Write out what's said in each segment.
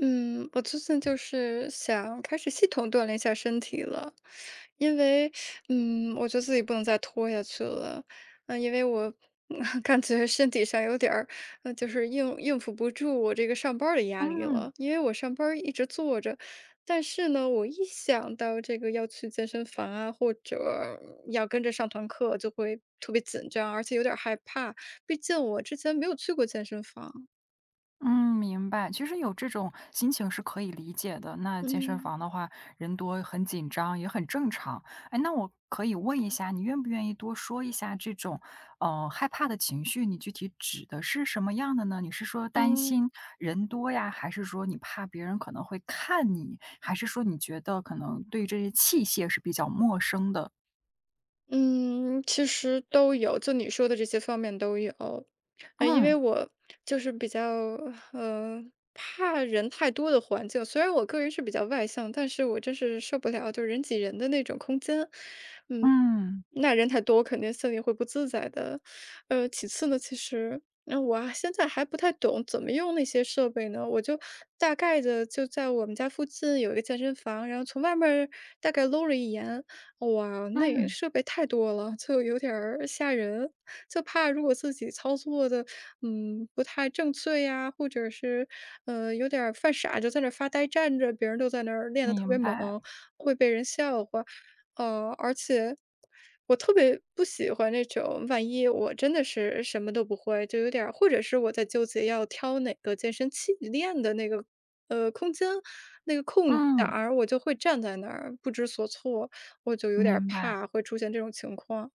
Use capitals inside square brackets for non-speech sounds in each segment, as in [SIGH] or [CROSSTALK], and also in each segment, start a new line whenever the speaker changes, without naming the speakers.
嗯，我最近就是想开始系统锻炼一下身体了，因为，我觉得自己不能再拖下去了，因为我[LAUGHS] 感觉身体上有点儿，就是应付不住我这个上班儿的压力
嗯
了，因为我上班儿一直坐着，但是呢，我一想到这个要去健身房啊，或者要跟着上团课，就会特别紧张，而且有点儿害怕，毕竟我之前没有去过健身房，
嗯，明白。其实有这种心情是可以理解的。那健身
嗯
房的话，人多很紧张，也很正常。哎，那我可以问一下，你愿不愿意多说一下这种，害怕的情绪，你具体指的是什么样的呢？你是说担
嗯。
心人多呀，还是说你怕别人可能会看你，还是说你觉得可能对这些器械是比较陌生的？
嗯，其实都有，就你说的这些方面都有。因为
嗯
我就是比较呃怕人太多的环境，虽然我个人是比较外向，但是我真是受不了就人挤人的那种空间。嗯，
嗯
那人太多，我肯定心里会不自在的。其次呢，其实。那我啊现在还不太懂怎么用那些设备呢，我就大概的就在我们家附近有一个健身房，然后从外面儿大概搂了一眼，哇，那也
嗯，
设备太多了，就有点儿吓人，就怕如果自己操作的，不太正确呀，或者是，有点儿犯傻，就在那儿发呆站着，别人都在那儿练得特
明
别猛，
白。
会被人笑话。而且我特别不喜欢那种，万一我真的是什么都不会，就有点儿，或者是我在纠结要挑哪个健身器练的那个，空间，那个空档
嗯，
儿，我就会站在那儿不知所措。我就有点儿
明白。
怕会出现这种情况。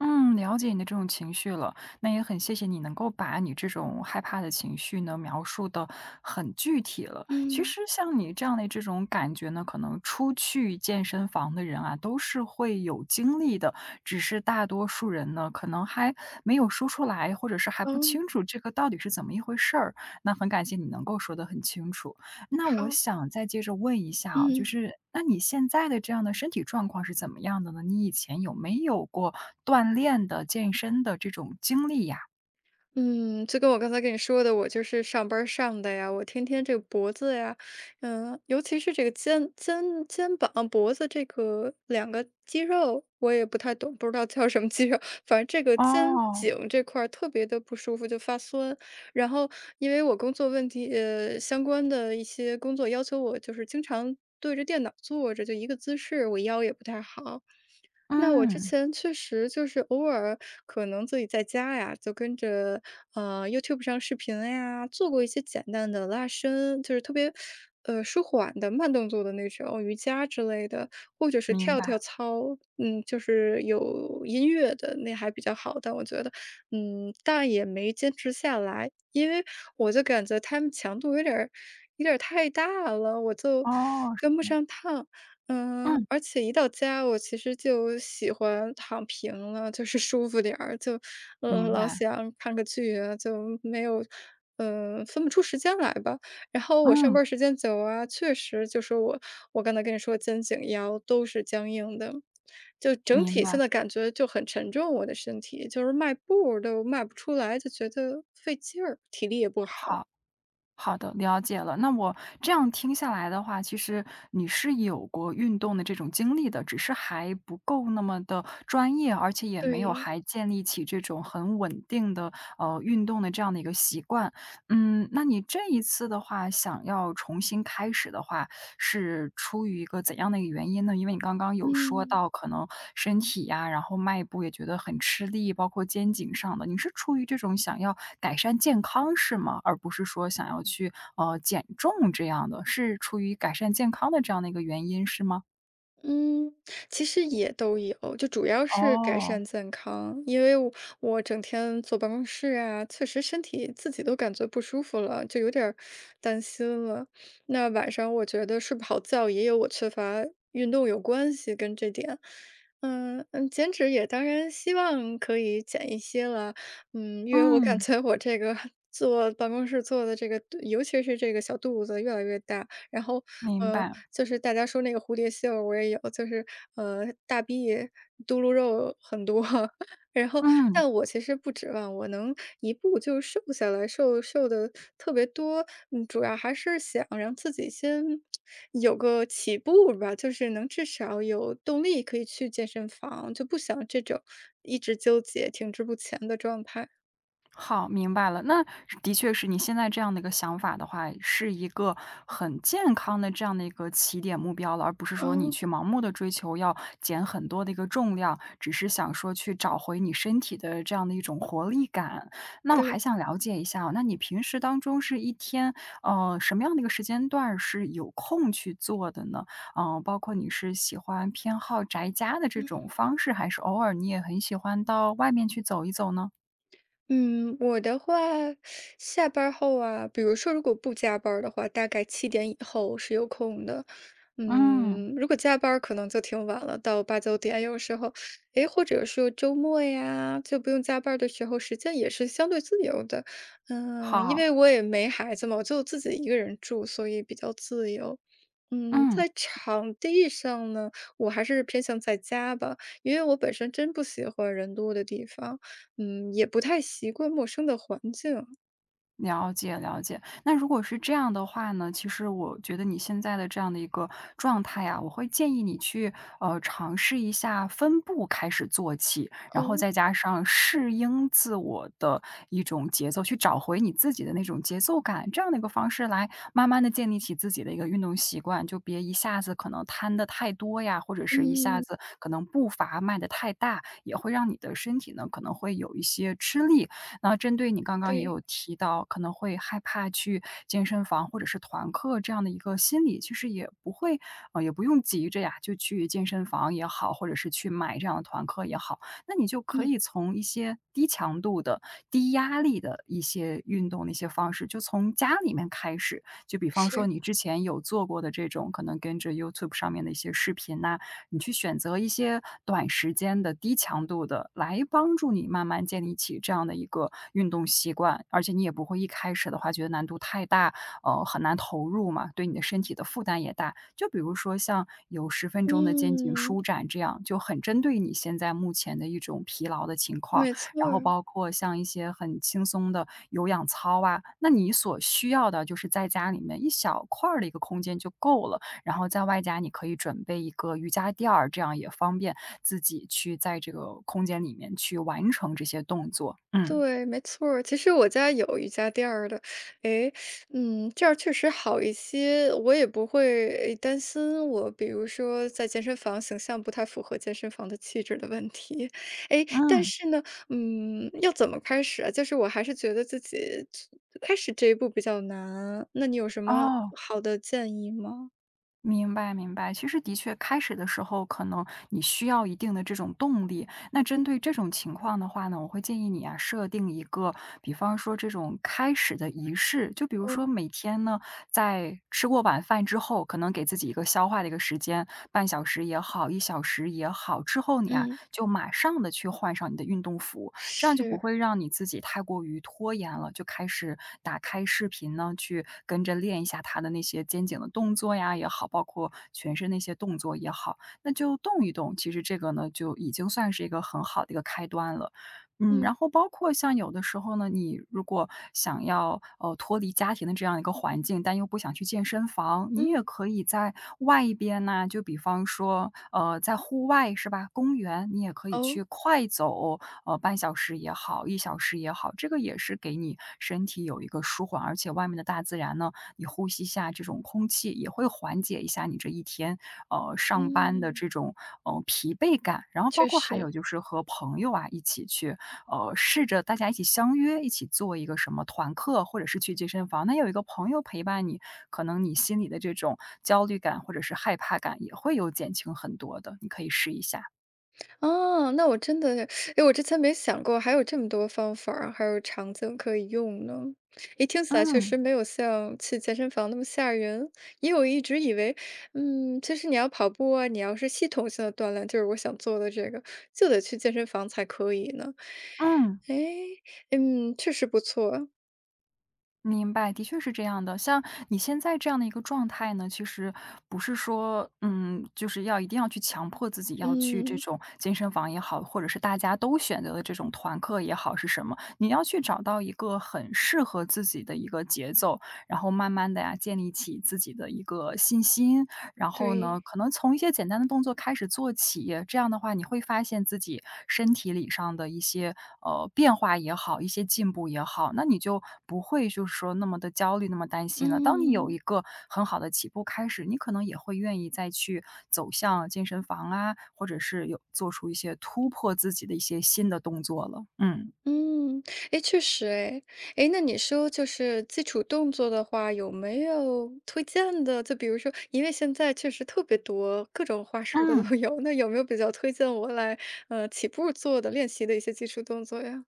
嗯，了解你的这种情绪了，那也很谢谢你能够把你这种害怕的情绪呢描述的很具体了。其
嗯，
实像你这样的这种感觉呢，可能出去健身房的人啊，都是会有经历的，只是大多数人呢，可能还没有说出来，或者是还不
哦，
清楚这个到底是怎么一回事儿。那很感谢你能够说得很清楚。那我
好。
想再接着问一下啊，就
嗯。
是那你现在的这样的身体状况是怎么样的呢？你以前有没有过锻炼的、健身的这种经历呀？
嗯，就跟我刚才跟你说的，我就是上班儿上的呀，我天天这个脖子呀，尤其是这个肩膀、脖子这个两个肌肉，我也不太懂，不知道叫什么肌肉，反正这个肩
哦，
颈这块儿特别的不舒服，就发酸。然后因为我工作问题，相关的一些工作要求我就是经常对着电脑坐着，就一个姿势，我腰也不太好。那我之
嗯，
前确实就是偶尔可能自己在家呀，就跟着，YouTube 上视频呀，做过一些简单的拉伸，就是特别，舒缓的慢动作的那种瑜伽之类的，或者是
明
跳
白，
跳操，就是有音乐的，那还比较好，但我觉得，但也没坚持下来，因为我就感觉他们强度有点儿太大了，我就
哦，是
跟不
吗？
上趟。
嗯，
而且一到家，我其实就喜欢躺平了，就是舒服点儿，就，
明
老
白，
想看个剧啊，就没有，分不出时间来吧。然后我上
嗯，
班儿时间久啊，确实就是我刚才跟你说肩颈腰都是僵硬的，就整
明
体
白，
现在感觉就很沉重，我的身体就是迈步儿都迈不出来，就觉得费劲儿，体力也不好。
好。好的，了解了。那我这样听下来的话，其实你是有过运动的这种经历的，只是还不够那么的专业，而且也没有
对，
还建立起这种很稳定的运动的这样的一个习惯。嗯，那你这一次的话，想要重新开始的话，是出于一个怎样的一个原因呢？因为你刚刚有说
嗯。
到可能身体呀，然后迈步也觉得很吃力，包括肩颈上的，你是出于这种想要改善健康是吗？而不是说想要去，减重这样的，是出于改善健康的这样的一个原因是吗？
嗯，其实也都有，就主要是改
哦，
善健康，因为我整天坐办公室啊，确实身体自己都感觉不舒服了，就有点儿担心了。那晚上我觉得睡不好觉，也有我缺乏运动有关系跟这点。减脂也当然希望可以减一些了，因为我感
嗯，
觉我这个 [LAUGHS] 坐办公室坐的这个，尤其是这个小肚子越来越大。然后，
明
呃，
白，
就是大家说那个蝴蝶袖儿我也有，就是大臂、嘟噜肉很多，[LAUGHS] 然后
嗯。
但我其实不指望我能一步就瘦下来，瘦瘦的特别多，主要还是想让自己先有个起步吧，就是能至少有动力可以去健身房，就不想这种一直纠结停滞不前的状态。
好，明白了。那的确是你现在这样的一个想法的话，是一个很健康的这样的一个起点目标了，而不是说你
嗯，
去盲目的追求要减很多的一个重量，只是想说去找回你身体的这样的一种活力感。那我还
对。
想了解一下哦那你平时当中是一天，什么样的一个时间段儿是有空去做的呢？嗯、包括你是喜欢偏好宅家的这种方式，还是偶尔你也很喜欢到外面去走一走呢？
嗯，我的话，下班儿后啊，比如说如果不加班儿的话，大概七点以后是有空的。
嗯。
如果加班儿可能就挺晚了，到八九点，有时候，诶，或者说周末呀，就不用加班儿的时候，时间也是相对自由的。因
好，
为我也没孩子嘛，我就自己一个人住，所以比较自由。
嗯，
在场地上呢，我还是偏向在家吧，因为我本身真不喜欢人多的地方。也不太习惯陌生的环境。
了解了解。那如果是这样的话呢，其实我觉得你现在的这样的一个状态啊，我会建议你去尝试一下分步开始做起，然后
哦，
再加上适应自我的一种节奏，去找回你自己的那种节奏感，这样的一个方式来慢慢的建立起自己的一个运动习惯，就别一下子可能摊的太多呀，或者是一下
嗯，
子可能步伐迈的太大，也会让你的身体呢可能会有一些吃力。那针对你刚刚也
对，
有提到，可能会害怕去健身房或者是团课这样的一个心理，其实也不会，也不用急着呀，就去健身房也好，或者是去买这样的团课也好，那你就可
嗯，
以从一些低强度的、低压力的一些运动的一些方式，就从家里面开始。就比方说
是，
你之前有做过的这种，可能跟着 YouTube 上面的一些视频呐、你去选择一些短时间的、低强度的，来帮助你慢慢建立起这样的一个运动习惯。而且你也不会一开始的话觉得难度太大，很难投入嘛，对你的身体的负担也大。就比如说像有10分钟的肩颈舒
嗯，
展这样，就很针对你现在目前的一种疲劳的情况。
没错
然后
儿，
包括像一些很轻松的有氧操啊，那你所需要的就是在家里面一小块儿的一个空间就够了，然后在外加你可以准备一个瑜伽垫儿，这样也方便自己去在这个空间里面去完成这些动作。嗯，
对，没错儿。其实我家有瑜伽垫儿的，诶，这样确实好一些，我也不会担心我，比如说在健身房形象不太符合健身房的气质的问题。诶，但
嗯，
是呢，要怎么开始啊？就是我还是觉得自己开始这一步比较难，那你有什么
哦。
好的建议吗？
明白明白，其实的确，开始的时候可能你需要一定的这种动力。那针对这种情况的话呢，我会建议你啊，设定一个，比方说这种开始的仪式，就比如
哦，
说每天呢，在吃过晚饭之后，可能给自己一个消化的一个时间，半小时也好，一小时也好，之后你啊，
嗯，
就马上的去换上你的运动服，这样就不
是，
会让你自己太过于拖延了，就开始打开视频呢，去跟着练一下他的那些肩颈的动作呀也好，包括全身那些动作也好，那就动一动，其实这个呢，就已经算是一个很好的一个开端了。嗯，然
嗯，
后包括像有的时候呢，你如果想要，脱离家庭的这样一个环境，但又不想去健身房，你也
嗯，
可以在外边呢，就比方说，在户外是吧，公园，你也可以去
哦，
快走，半小时也好一小时也好，这个也是给你身体有一个舒缓，而且外面的大自然呢，你呼吸一下这种空气，也会缓解一下你这一天，上班的
嗯，
这种，疲惫感。然后包
确
括还有
实。
就是和朋友啊，一起去，试着大家一起相约，一起做一个什么团课，或者是去健身房，那有一个朋友陪伴你，可能你心里的这种焦虑感或者是害怕感也会有减轻很多的，你可以试一下。
哦，那我真的，哎，我之前没想过还有这么多方法儿还有场景可以用呢。哎，听起来确
嗯，
实没有像去健身房那么吓人，因为我一直以为，其实你要跑步啊，你要是系统性的锻炼，就是我想做的这个，就得去健身房才可以呢。
嗯。
哎，确实不错，
明白，的确是这样的。像你现在这样的一个状态呢，其实不是说，嗯，就是要一定要去强迫自己要去这
嗯，
种健身房也好，或者是大家都选择的这种团课也好，是什么？你要去找到一个很适合自己的一个节奏，然后慢慢的呀，建立起自己的一个信心，然后呢，
对，
可能从一些简单的动作开始做起，这样的话你会发现自己身体里上的一些，变化也好，一些进步也好，那你就不会就是说那么的焦虑、那么担心了。当你有
嗯。
一个很好的起步开始，你可能也会愿意再去走向健身房啊，或者是有做出一些突破自己的一些新的动作了，嗯。
嗯，诶，确实诶。诶，那你说就是基础动作的话，有没有推荐的？就比如说，因为现在确实特别多，各种花式的都
嗯。
有，那有没有比较推荐我来，起步做的练习的一些基础动作呀？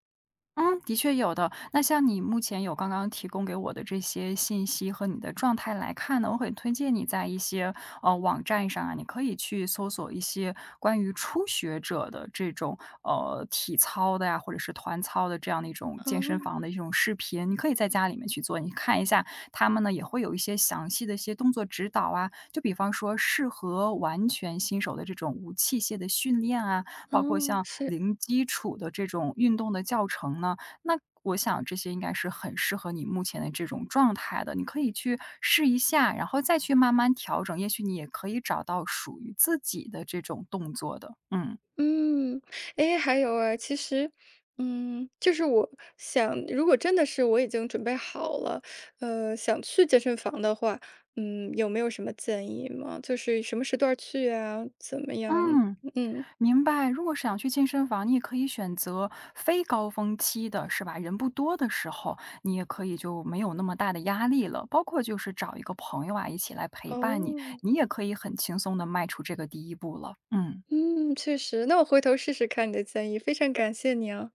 嗯，的确有的。那像你目前有刚刚提供给我的这些信息和你的状态来看呢，我很推荐你在一些网站上啊，你可以去搜索一些关于初学者的这种体操的呀，或者是团操的这样的一种健身
哦，
房的一种视频，你可以在家里面去做，你看一下他们呢也会有一些详细的一些动作指导啊，就比方说适合完全新手的这种无器械的训练啊，包括
哦，
像
是。
零基础的这种运动的教程呢，那我想这些应该是很适合你目前的这种状态的。你可以去试一下，然后再去慢慢调整，也许你也可以找到属于自己的这种动作的，嗯。
嗯，诶，还有啊，其实，就是我想，如果真的是我已经准备好了，想去健身房的话，有没有什么建议吗？就是什么时段儿去啊，怎么样？
嗯，
嗯，
明白。如果是想去健身房，你也可以选择非高峰期的，是吧？人不多的时候，你也可以就没有那么大的压力了。包括就是找一个朋友啊，一起来陪伴你，
哦，
你也可以很轻松的迈出这个第一步了。嗯。
嗯，确实，那我回头试试看你的建议，非常感谢你啊，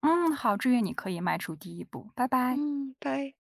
嗯，好，祝愿你可以迈出第一步，拜拜。
嗯，拜。